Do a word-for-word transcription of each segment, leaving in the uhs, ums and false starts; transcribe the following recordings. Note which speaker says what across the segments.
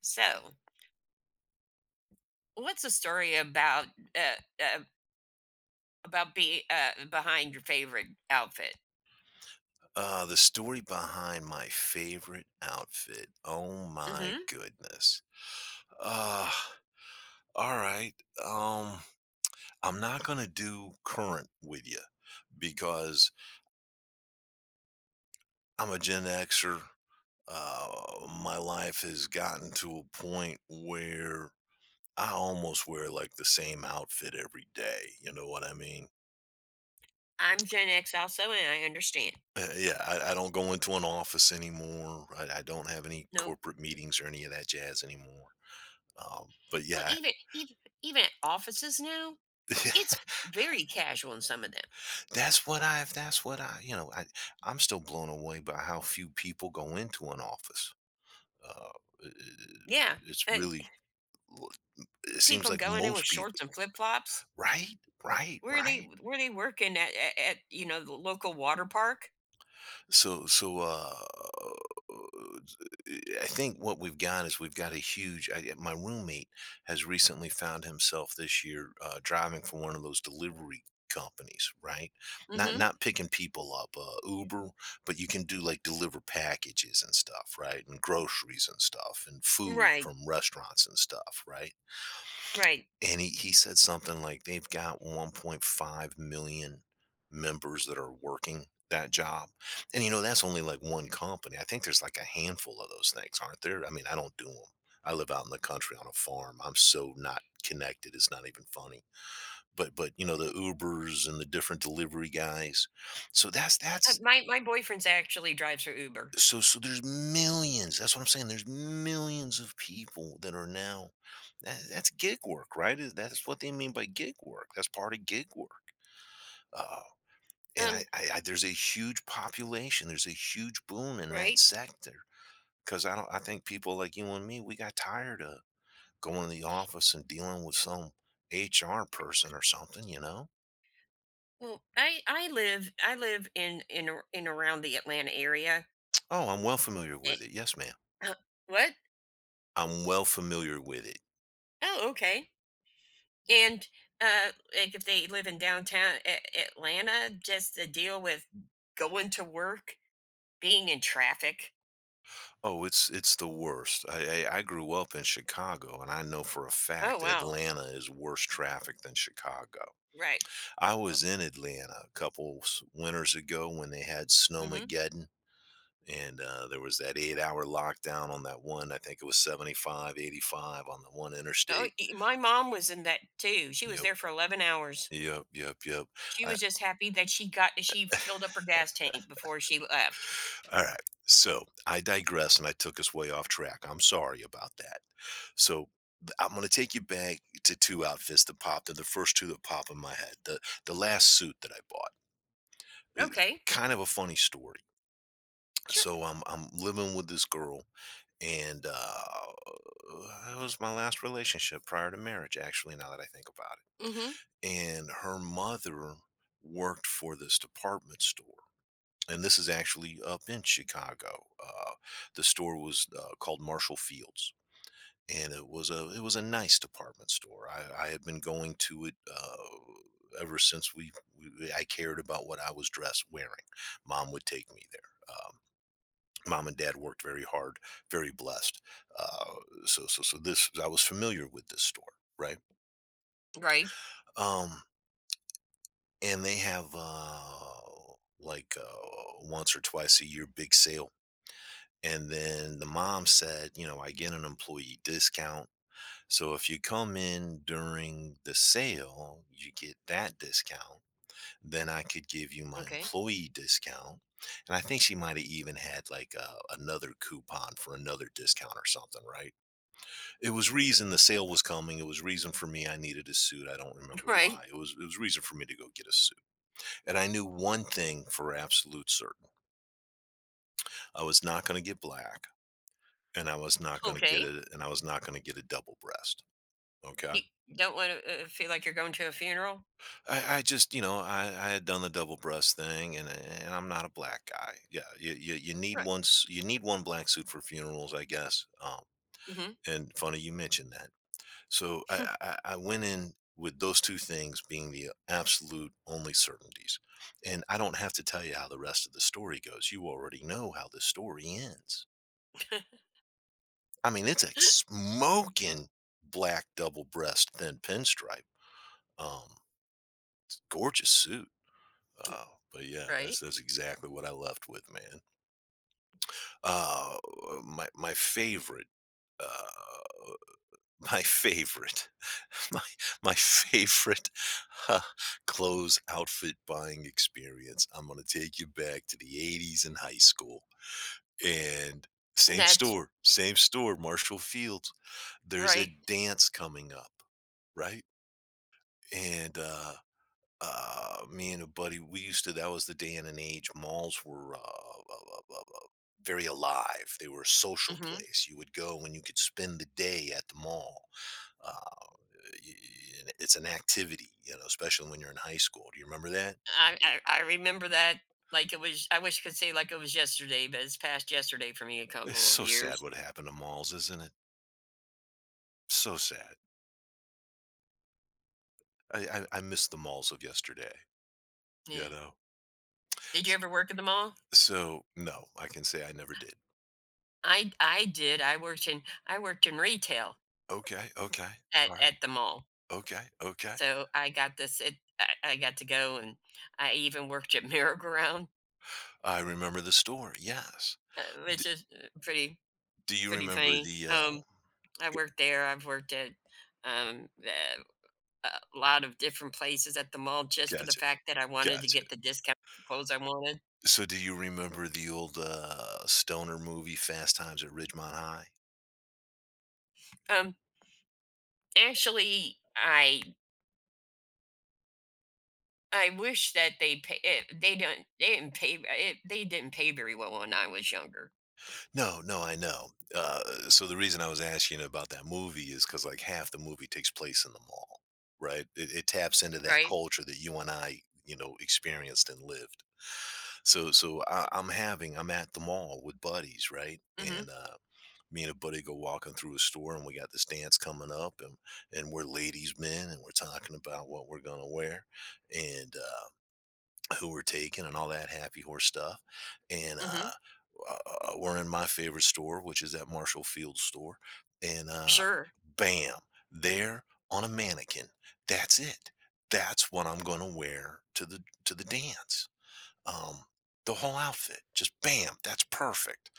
Speaker 1: So, what's a story about uh, uh, about be uh, behind your favorite outfit?
Speaker 2: Uh, the story behind my favorite outfit. Oh my
Speaker 1: Hmm.
Speaker 2: goodness. Uh, all right. Um, I'm not going to do current with you because I'm a Gen Xer. Uh, my life has gotten to a point where I almost wear like the same outfit every day. You know what I mean?
Speaker 1: I'm Gen X also, and I understand.
Speaker 2: Uh, yeah, I, I don't go into an office anymore. I, I don't have any
Speaker 1: No,
Speaker 2: corporate meetings or any of that jazz anymore. Um, but
Speaker 1: well,
Speaker 2: yeah.
Speaker 1: even even even at offices now, it's very casual in some of them.
Speaker 2: That's what I that's what I you know, I I'm still blown away by how few people go into an office. Uh, i- i-
Speaker 1: Yeah,
Speaker 2: it's
Speaker 1: and
Speaker 2: really, it seems
Speaker 1: people
Speaker 2: like
Speaker 1: going in with
Speaker 2: most people,
Speaker 1: shorts and flip flops.
Speaker 2: right? Right,
Speaker 1: Where are they
Speaker 2: right.
Speaker 1: where are they working at, at at you know the local water park?
Speaker 2: So so uh eh, I think what we've got is we've got a huge— I, eh, my roommate has recently found himself this year, uh, driving for one of those delivery companies, right? Not
Speaker 1: Hmm.
Speaker 2: not picking people up, uh, Uber, but you can do like deliver packages and stuff, right? And groceries and stuff, and food
Speaker 1: Right,
Speaker 2: from restaurants and stuff, right?
Speaker 1: right.
Speaker 2: And he he said something like they've got one point five million members that are working that job, and, you know, that's only, like, one company. I think there's, like, a handful of those things, aren't there? I mean, I don't— do not do them. I live out in the country on a farm. I'm so not connected, it's not even funny. But but, you know, the Ubers and the different delivery guys. So that's
Speaker 1: Uh,
Speaker 2: that's
Speaker 1: my my boyfriend's actually drives for Uber.
Speaker 2: so so there's millions, that's what I'm saying, there's millions of people that are now that, that's gig work, right? Is- that's what they mean by gig work, that's part of gig work, uh, and I,
Speaker 1: Um,
Speaker 2: I, I there's a huge population, there's a huge boom in that
Speaker 1: right.
Speaker 2: sector because I don't I think people like you and me, we got tired of going to the office and dealing with some HR person or something, you know.
Speaker 1: Well, I I live I live in in ar- in around the Atlanta area.
Speaker 2: Oh, I'm well familiar
Speaker 1: Eh,
Speaker 2: with it, yes ma'am.
Speaker 1: uh, What?
Speaker 2: I'm well familiar with it.
Speaker 1: Oh, okay. And uh, like if they live in downtown A- Atlanta, just the deal with going to work, being in traffic.
Speaker 2: Oh, it's it's the worst. I, I I grew up in Chicago, and I know for a
Speaker 1: Oh,
Speaker 2: fact
Speaker 1: wow.
Speaker 2: Atlanta is worse traffic than Chicago.
Speaker 1: Right.
Speaker 2: I
Speaker 1: Oh.
Speaker 2: was in Atlanta a couple s- winters ago when they had
Speaker 1: Mm-hmm.
Speaker 2: Snowmageddon, and uh, there was that eight-hour lockdown on that one. I think it was seventy-five, eighty-five on the one
Speaker 1: Oh,
Speaker 2: interstate.
Speaker 1: y- my mom was in that too. She was
Speaker 2: Yep,
Speaker 1: there for eleven hours.
Speaker 2: yep, yep, yep.
Speaker 1: She
Speaker 2: I,
Speaker 1: was just happy that she got she filled up her gas tank before she left.
Speaker 2: all right. So I digress, and I took us way off track. I'm sorry about that. So, th- I'm going to take you back to two outfits that popped. They're the first two that pop in my head. The the last suit that I bought. It's
Speaker 1: Okay.
Speaker 2: kind of a funny story.
Speaker 1: Sure.
Speaker 2: So I'm I'm living with this girl, and uh, that was my last relationship prior to marriage. Actually, now that I think about
Speaker 1: Mm-hmm.
Speaker 2: it. And her mother worked for this department store. And this is actually up in Chicago. Uh, the store was, uh, called Marshall Fields, and it was a— it was a nice department store. I, I had been going to it, uh, ever since we, we I cared about what I was dressed wearing. Mom would take me there. Um, mom and dad worked very hard, very blessed. Uh, so so so this— I was familiar with this store, right?
Speaker 1: Right.
Speaker 2: Um, and they have, uh, like, uh, once or twice a year, big sale. And then the mom said, you know, I get an employee discount. So if you come in during the sale, you get that discount. Then I could give you my
Speaker 1: Okay.
Speaker 2: employee discount. And I think she might have even had like a— another coupon for another discount or something, right? It was reason the sale was coming. It was reason for me, I needed a suit. I don't remember
Speaker 1: Right.
Speaker 2: why. It was— it was reason for me to go get a suit. And I knew one thing for absolute certain. I was not going to get black, and I was not going to get
Speaker 1: Okay.
Speaker 2: it, and I was not going to get a double breast. Okay.
Speaker 1: You don't wanna, uh, feel like you're going to a funeral?
Speaker 2: I, I just, you know, I, I had done the double breast thing, and and I'm not a black guy. Yeah, you, you you need
Speaker 1: Right.
Speaker 2: one s- you need one black suit for funerals, I guess. Um,
Speaker 1: Mhm.
Speaker 2: and funny you mentioned that. So I, I I went in with those two things being the absolute only certainties, and I don't have to tell you how the rest of the story goes. You already know how the story ends. I mean, it's a smoking black double breast thin pinstripe, um, gorgeous suit. Uh, but yeah, that's
Speaker 1: Right.
Speaker 2: that's exactly what I left with, man. Uh, uh, my my favorite, uh, my favorite, my my favorite uh, clothes outfit buying experience. I'm gonna take you back to the eighties in high school, and same
Speaker 1: That's
Speaker 2: store, same store, Marshall Fields. There's a
Speaker 1: right.
Speaker 2: dance coming up, right? And uh, Uh, me and a buddy, we used to— that was the day and an age. Malls were uh, uh, uh, uh, uh, very alive. They were a social
Speaker 1: Mhm.
Speaker 2: place. You would go and you could spend the day at the mall. Uh, y- y- it's an activity, you know, especially when you're in high school. Do you remember that?
Speaker 1: I I I remember that like it was I wish I could say like it was yesterday, but it's past yesterday for me a
Speaker 2: It's
Speaker 1: couple of
Speaker 2: so sad
Speaker 1: years.
Speaker 2: what happened to malls, isn't it? So sad. I I, I miss the malls of yesterday.
Speaker 1: Yeah.
Speaker 2: You know.
Speaker 1: Did you
Speaker 2: S-
Speaker 1: ever work at the mall?
Speaker 2: So no, I can say I never did.
Speaker 1: I I did. I worked in I worked in retail
Speaker 2: Okay. Okay.
Speaker 1: at
Speaker 2: All right.
Speaker 1: at the mall.
Speaker 2: Okay. Okay.
Speaker 1: So I got this it I I got to go, and I even worked at Merry-Go-Round,
Speaker 2: I remember the store. Yes.
Speaker 1: uh, which is, uh, pretty
Speaker 2: Do you
Speaker 1: pretty
Speaker 2: remember
Speaker 1: funny.
Speaker 2: the,
Speaker 1: Um
Speaker 2: uh
Speaker 1: I worked there. I've worked at um, uh, a lot of different places at the mall just for the
Speaker 2: gotcha,
Speaker 1: fact that I wanted to
Speaker 2: gotcha.
Speaker 1: get the discount clothes I wanted.
Speaker 2: So do you remember the old, uh, stoner movie, Fast Times at Ridgemont High?
Speaker 1: Um, Actually, I I wish that they pay. It, they don't. They didn't pay. It, they didn't pay very well when I was younger,
Speaker 2: No, no, I know. Uh, so the reason I was asking about that movie is because, like, half the movie takes place in the mall, right? It it taps into that
Speaker 1: right?
Speaker 2: culture that you and I, you know, experienced and lived. So so I I'm having I'm at the mall with buddies, right?
Speaker 1: Mm-hmm.
Speaker 2: And, uh me and a buddy go walking through a store, and we got this dance coming up, and and we're ladies men, and we're talking about what we're gonna wear, and uh, who we're taking and all that happy horse stuff. And
Speaker 1: Mm-hmm.
Speaker 2: uh, uh We're in my favorite store, which is that Marshall Field store. And uh
Speaker 1: Sure.
Speaker 2: Bam, there on a mannequin, that's it, that's what I'm gonna wear to the to the dance. um the whole outfit, just bam, that's perfect.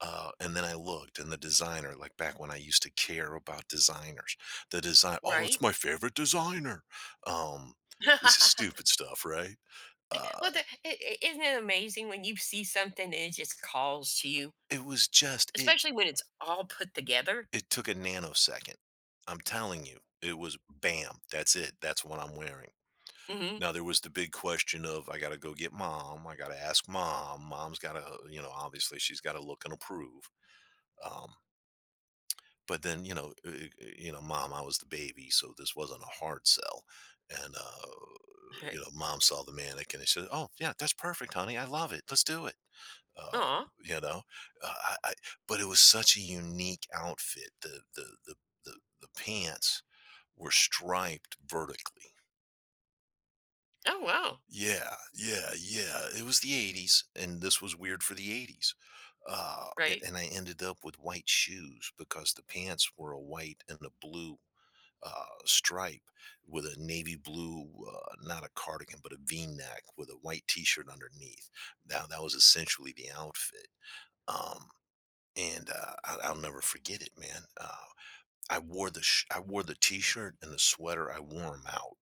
Speaker 2: uh, And then I looked, and the designer, like back when I used to care about designers, the design, oh, it's
Speaker 1: Right.
Speaker 2: my favorite designer. Um, this is stupid stuff, right?
Speaker 1: Well,
Speaker 2: Uh,
Speaker 1: the, i- i- isn't it amazing when you see something and it just calls to you,
Speaker 2: it was just it.
Speaker 1: especially when it's all put together?
Speaker 2: It took a nanosecond. I'm telling you, it was bam. That's it. That's what I'm wearing.
Speaker 1: Mm-hmm.
Speaker 2: Now, there was the big question of— I got to go get mom. I got to ask mom. Mom's got to, you know, obviously she's got to look and approve. Um, but then, you know, uh, uh, you know, mom— I was the baby, so this wasn't a hard sell. And uh You know, mom saw the mannequin and she said, oh yeah, that's perfect honey, I love it, let's do it. Uh
Speaker 1: Oh,
Speaker 2: you know uh, I, I But it was such a unique outfit. The the the the, the pants were striped vertically.
Speaker 1: oh wow,
Speaker 2: Yeah, yeah, yeah. It was the eighties, and this was weird for the eighties. Uh,
Speaker 1: right?
Speaker 2: a- and I ended up with white shoes because the pants were a white and a blue, uh, stripe, with a navy blue, uh, not a cardigan, but a V-neck with a white T-shirt underneath. Now that was essentially the outfit. Um, and uh, I, I'll never forget it, man. Uh, I wore the sh- I wore the T-shirt and the sweater. I wore them out,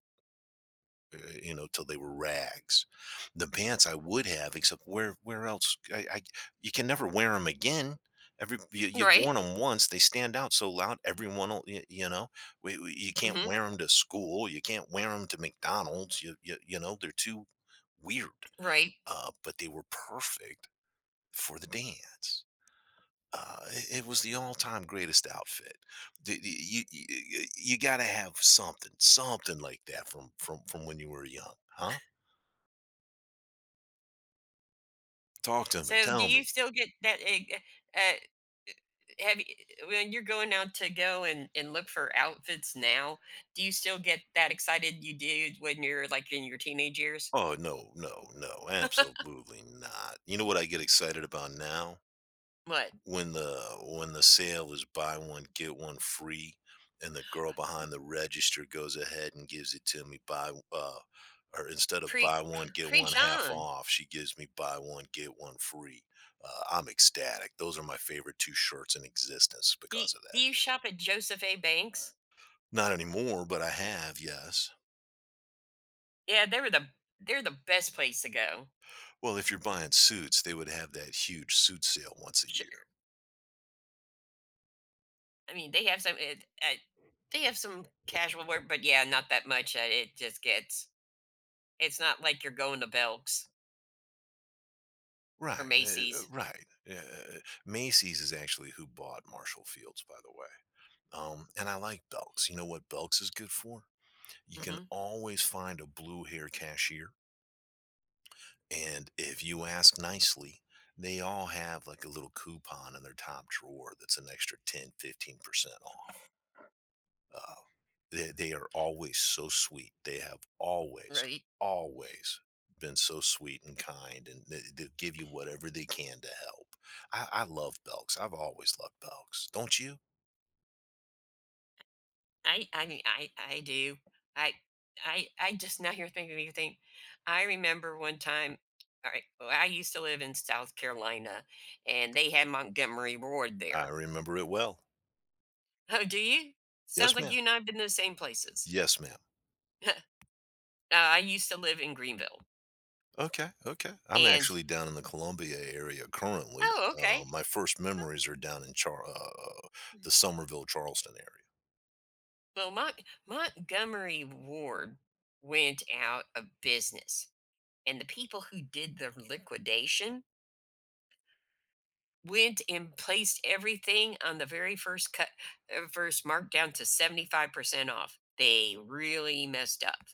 Speaker 2: uh, you know, till they were rags. The pants I would have, except— where where else? I, I You can never wear them again. Every you, you've
Speaker 1: Right.
Speaker 2: worn them once, they stand out so loud. Everyone, will, y- you know, we, we- you can't
Speaker 1: Mhm.
Speaker 2: wear them to school. You can't wear them to McDonald's. You you, you know, they're too weird.
Speaker 1: Right.
Speaker 2: Uh, but they were perfect for the dance. Uh, it, it was the all-time greatest outfit. The- the- you you, got to have something, something like that from from from when you were young, huh? Talk to me.
Speaker 1: So,
Speaker 2: Tell
Speaker 1: do you
Speaker 2: me.
Speaker 1: still get that, eh, uh, have you when you're going out to go and and look for outfits now, do you still get that excited you did when you're, like, in your teenage years?
Speaker 2: Oh, no, no, no. Absolutely not. You know what I get excited about now?
Speaker 1: What?
Speaker 2: When the when the sale is buy one get one free, and the girl behind the register goes ahead and gives it to me, buy uh or instead of
Speaker 1: Pre
Speaker 2: buy one
Speaker 1: pre
Speaker 2: get one
Speaker 1: preach
Speaker 2: half
Speaker 1: on.
Speaker 2: off, she gives me buy one get one free. Uh, I'm ecstatic. Those are my favorite two shirts in existence
Speaker 1: Do y-
Speaker 2: because of
Speaker 1: do
Speaker 2: that,
Speaker 1: you
Speaker 2: you
Speaker 1: shop at Joseph A. Banks?
Speaker 2: know. Not anymore, but I have, yes.
Speaker 1: Yeah, they were the they're the best place to go.
Speaker 2: Well, if you're buying suits, they would have that huge suit sale once a year.
Speaker 1: Sure. I mean, they have some it uh, they have some casual wear, but, yeah, not that much, uh, it just gets it's not like you're going to Belk's. Or
Speaker 2: Right, eh, uh,
Speaker 1: Macy's.
Speaker 2: right. Uh, Macy's is actually who bought Marshall Fields, by the way. Um, and I like Belk's. You know what Belk's is good for? You can
Speaker 1: Mhm.
Speaker 2: always find a blue hair cashier, and if you ask nicely, they all have like a little coupon in their top drawer that's an extra ten, fifteen percent off. Uh, they, they are always so sweet. They have always,
Speaker 1: Right.
Speaker 2: always been so sweet and kind, and they, they give you whatever they can to help. I, I love Belks. I've always loved Belks. Don't you?
Speaker 1: I I mean, I I do. I I I just now here thinking you think I remember one time, all right, well, I used to live in South Carolina, and they had Montgomery Ward
Speaker 2: I
Speaker 1: there.
Speaker 2: remember it well.
Speaker 1: Oh, do you? Sounds
Speaker 2: Yes,
Speaker 1: like
Speaker 2: ma'am.
Speaker 1: you and I have been to the same places.
Speaker 2: Yes, ma'am.
Speaker 1: uh, I used to live in Greenville.
Speaker 2: Okay, okay. I'm
Speaker 1: And
Speaker 2: actually down in the Columbia area currently.
Speaker 1: oh,
Speaker 2: Uh,
Speaker 1: okay.
Speaker 2: my first memories are down in Char- uh,
Speaker 1: Huh.
Speaker 2: the Somerville, Charleston area.
Speaker 1: Well, Mont- Montgomery Ward went out of business, and the people who did the liquidation went and placed everything on the very first cut, uh, first markdown to seventy-five percent off. They really messed up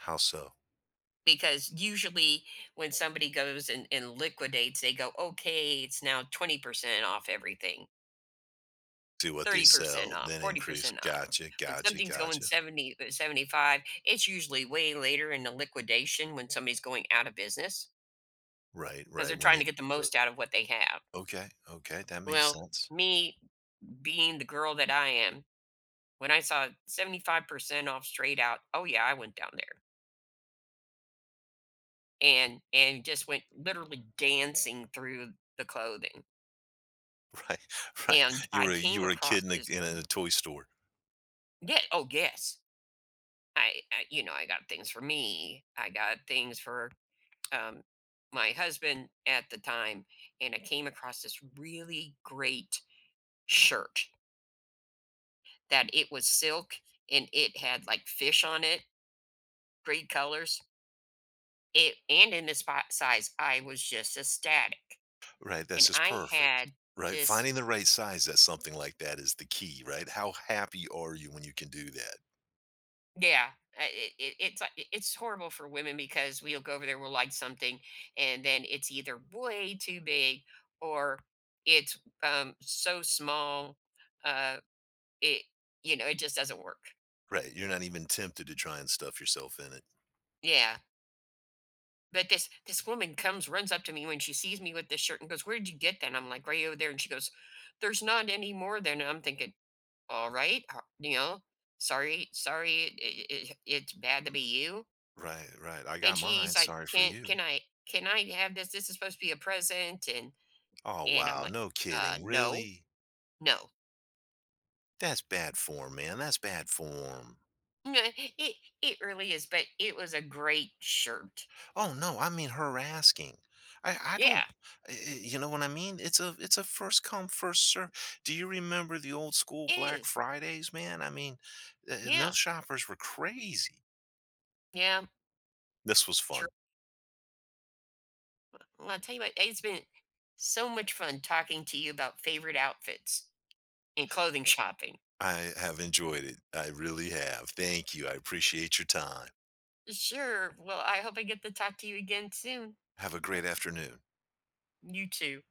Speaker 2: How so?
Speaker 1: because usually when somebody goes and, and liquidates, they go, okay, it's now twenty percent off everything,
Speaker 2: See what they
Speaker 1: thirty percent
Speaker 2: sell,
Speaker 1: off,
Speaker 2: then increase.
Speaker 1: forty percent off.
Speaker 2: Gotcha,
Speaker 1: When
Speaker 2: gotcha,
Speaker 1: something's going
Speaker 2: gotcha.
Speaker 1: seventy, uh, seventy-five, it's usually way later in the liquidation when somebody's going out of business
Speaker 2: Right,
Speaker 1: because
Speaker 2: right,
Speaker 1: they're
Speaker 2: when
Speaker 1: trying
Speaker 2: you—
Speaker 1: to get the
Speaker 2: uh,
Speaker 1: most out of what they have.
Speaker 2: okay, okay, that makes
Speaker 1: Well,
Speaker 2: sense.
Speaker 1: me being the girl that I am, when I saw seventy-five percent off straight out, oh yeah, I went down there and and just went literally dancing through the clothing.
Speaker 2: Right, right,
Speaker 1: And
Speaker 2: you
Speaker 1: I
Speaker 2: were— you
Speaker 1: came
Speaker 2: were a
Speaker 1: across
Speaker 2: kid in a
Speaker 1: this.
Speaker 2: in a toy store.
Speaker 1: Yeah, oh yes. I, I you know, I got things for me. I got things for um my husband at the time, and I came across this really great shirt that it was silk, and it had like fish on it, great colors. It, and in this size, I was just ecstatic.
Speaker 2: Right, that's
Speaker 1: And
Speaker 2: just
Speaker 1: I
Speaker 2: perfect.
Speaker 1: had
Speaker 2: Right,
Speaker 1: this.
Speaker 2: finding the right size at something like that is the key, right? How happy are you when you can do that?
Speaker 1: Yeah, uh, it it it's like it it's horrible for women because we'll go over there, we'll like something, and then it's either way too big, or it's, um, so small, uh, it you know, it just doesn't work.
Speaker 2: Right, you're not even tempted to try and stuff yourself in it.
Speaker 1: Yeah. But this this woman comes, runs up to me when she sees me with this shirt and goes, "Where did you get that?" And I'm like, "Right over there." And she goes, "There's not any more than," and I'm thinking, "Alright, ho you know, sorry sorry, it it it it's bad to be you."
Speaker 2: Right, right, I
Speaker 1: And
Speaker 2: got mine,
Speaker 1: she's like,
Speaker 2: sorry for
Speaker 1: "Can
Speaker 2: you.
Speaker 1: can I can I have this? This is supposed to be a present." And
Speaker 2: Oh,
Speaker 1: and I'm
Speaker 2: wow,
Speaker 1: like,
Speaker 2: no
Speaker 1: "Uh,
Speaker 2: kidding,
Speaker 1: no,
Speaker 2: really?
Speaker 1: no,
Speaker 2: That's bad form, man, that's bad form.
Speaker 1: it it really is." But it was a great shirt.
Speaker 2: Oh no, I mean her asking. I I
Speaker 1: Yeah,
Speaker 2: don't. I- I- you know what I mean? It's a— it's a first come first serve. Do you remember the old school
Speaker 1: it
Speaker 2: Black
Speaker 1: is.
Speaker 2: Fridays, man? I mean, uh, and
Speaker 1: Yeah,
Speaker 2: those shoppers were crazy.
Speaker 1: yeah.
Speaker 2: This was
Speaker 1: True.
Speaker 2: fun.
Speaker 1: Well, I'll tell you what, it's been so much fun talking to you about favorite outfits and clothing shopping.
Speaker 2: I have enjoyed it. I really have. Thank you. I appreciate your time.
Speaker 1: Sure. Well, I hope I get to talk to you again soon.
Speaker 2: Have a great afternoon.
Speaker 1: You too.